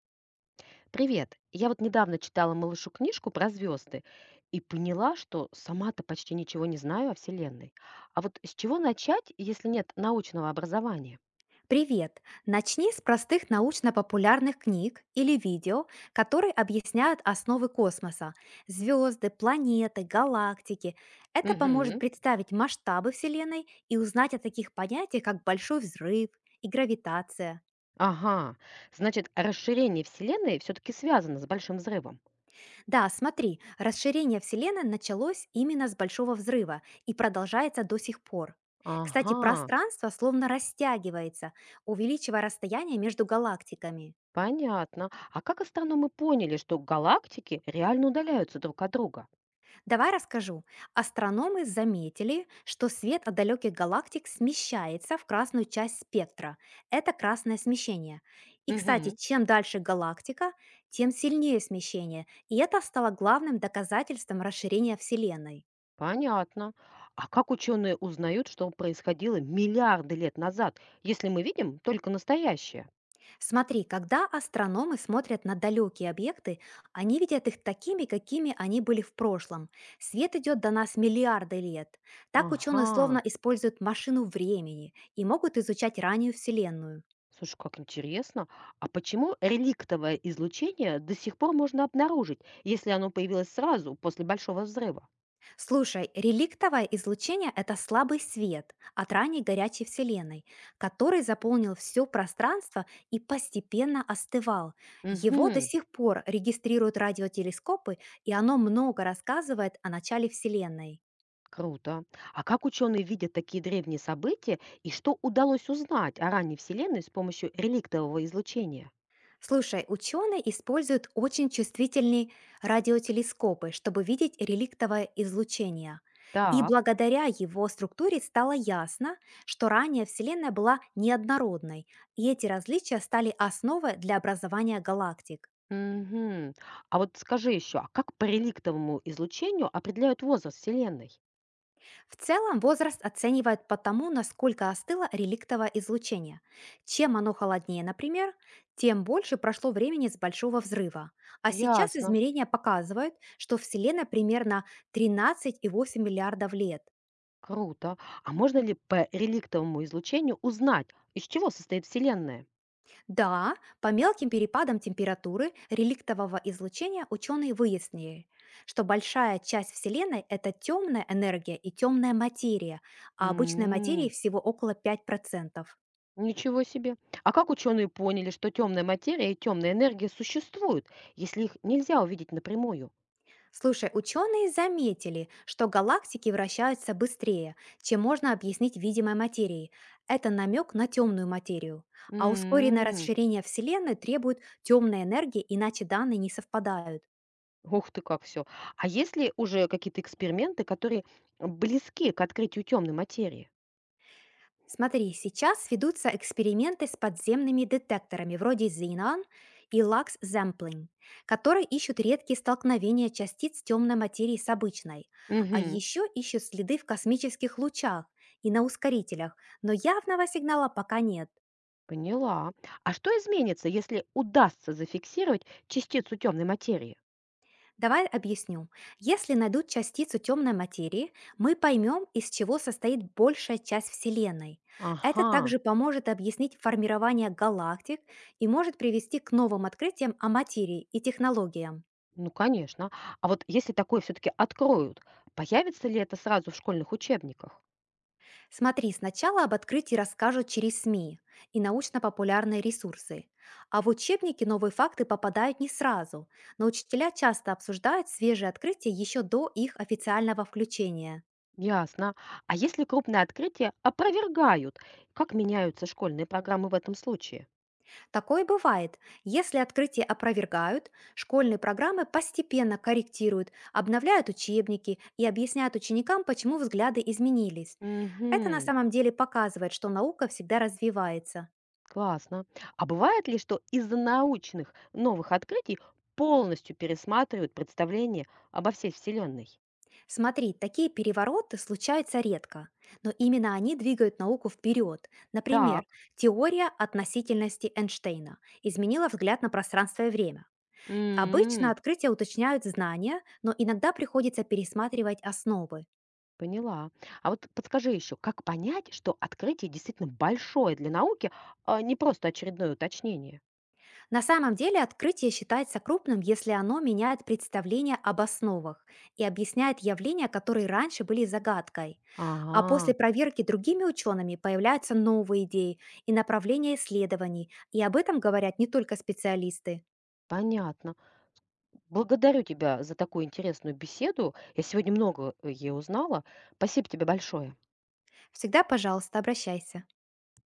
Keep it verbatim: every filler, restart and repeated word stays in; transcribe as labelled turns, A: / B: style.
A: Привет. Я вот недавно читала малышу книжку про звезды и поняла, что сама-то почти ничего не знаю о Вселенной. А вот с чего начать, если нет научного образования?
B: Привет! Начни с простых научно-популярных книг или видео, которые объясняют основы космоса – звезды, планеты, галактики. Это поможет
A: Мгм.
B: представить масштабы Вселенной и узнать о таких понятиях, как большой взрыв и гравитация.
A: Ага, значит, расширение Вселенной все-таки связано с Большим взрывом.
B: Да, смотри, расширение Вселенной началось именно с большого взрыва и продолжается до сих пор. Кстати,
A: Ага,
B: пространство словно растягивается, увеличивая расстояние между галактиками.
A: понятно. А как астрономы поняли, что галактики реально удаляются друг от друга?
B: Давай расскажу. Астрономы заметили, что свет от далеких галактик смещается в красную часть спектра. Это красное смещение. И, кстати,
A: Мгм.
B: чем дальше галактика, тем сильнее смещение. И это стало главным доказательством расширения Вселенной.
A: Понятно. А как ученые узнают, что происходило миллиарды лет назад, если мы видим только настоящее?
B: Смотри, когда астрономы смотрят на далекие объекты, они видят их такими, какими они были в прошлом. Свет идет до нас миллиарды лет. Так ученые словно
A: Ага.
B: используют машину времени и могут изучать раннюю Вселенную.
A: Слушай, как интересно. А почему реликтовое излучение до сих пор можно обнаружить, если оно появилось сразу после Большого взрыва?
B: Слушай, реликтовое излучение – это слабый свет от ранней горячей Вселенной, который заполнил все пространство и постепенно остывал. Его до
A: Угу,
B: сих пор регистрируют радиотелескопы, и оно много рассказывает о начале Вселенной.
A: круто. А как ученые видят такие древние события и что удалось узнать о ранней Вселенной с помощью реликтового излучения?
B: Слушай, ученые используют очень чувствительные радиотелескопы, чтобы видеть реликтовое излучение. И
A: Так.
B: благодаря его структуре стало ясно, что ранее Вселенная была неоднородной, и эти различия стали основой для образования галактик.
A: Угу. А вот скажи еще, а как по реликтовому излучению определяют возраст Вселенной?
B: В целом возраст оценивают по тому, насколько остыло реликтовое излучение. Чем оно холоднее, например, тем больше прошло времени с большого взрыва. А сейчас
A: Ясно.
B: измерения показывают, что Вселенная примерно тринадцать и восемь десятых миллиардов лет.
A: Круто. А можно ли по реликтовому излучению узнать, из чего состоит Вселенная?
B: Да, по мелким перепадам температуры реликтового излучения ученые выяснили, что большая часть Вселенной – это темная энергия и темная материя, а обычной материи
A: М,
B: всего около пяти процентов.
A: ничего себе. А как ученые поняли, что темная материя и темная энергия существуют, если их нельзя увидеть напрямую?
B: Слушай, ученые заметили, что галактики вращаются быстрее, чем можно объяснить видимой материей. Это намек на темную материю. А ускоренное
A: М,
B: расширение Вселенной требует темной энергии, иначе данные не совпадают.
A: ух ты, как все. А есть ли уже какие-то эксперименты, которые близки к открытию темной материи?
B: Смотри, сейчас ведутся эксперименты с подземными детекторами вроде Xenon и Lux Sampling, которые ищут редкие столкновения частиц темной материи с обычной, а
A: Мгм,
B: еще ищут следы в космических лучах и на ускорителях, но явного сигнала пока нет.
A: поняла. А что изменится, если удастся зафиксировать частицу темной материи?
B: Давай объясню. Если найдут частицу темной материи, мы поймем, из чего состоит большая часть Вселенной. Это
A: Ага.
B: также поможет объяснить формирование галактик и может привести к новым открытиям о материи и технологиям.
A: Ну, конечно. А вот если такое все-таки откроют, появится ли это сразу в школьных учебниках?
B: Смотри, сначала об открытии расскажут через СМИ и научно-популярные ресурсы. А в учебники новые факты попадают не сразу, но учителя часто обсуждают свежие открытия еще до их официального включения.
A: Ясно. А если крупное открытие опровергают, как меняются школьные программы в этом случае?
B: Такое бывает. Если открытие опровергают, школьные программы постепенно корректируют, обновляют учебники и объясняют ученикам, почему взгляды изменились. Это на
A: Угу,
B: самом деле показывает, что наука всегда развивается.
A: классно. А бывает ли, что из-за научных новых открытий полностью пересматривают представление обо всей Вселенной?
B: Смотри, такие перевороты случаются редко, но именно они двигают науку вперед. Например,
A: Так.
B: теория относительности Эйнштейна изменила взгляд на пространство и время. Обычно
A: М,
B: открытия уточняют знания, но иногда приходится пересматривать основы.
A: поняла. А вот подскажи еще, как понять, что открытие действительно большое для науки, а не просто очередное уточнение?
B: На самом деле открытие считается крупным, если оно меняет представление об основах и объясняет явления, которые раньше были загадкой. А
A: Ага,
B: после проверки другими учеными появляются новые идеи и направления исследований, и об этом говорят не только специалисты.
A: понятно. Благодарю тебя за такую интересную беседу. Я сегодня много, э, е узнала. Спасибо тебе большое.
B: Всегда, пожалуйста, обращайся.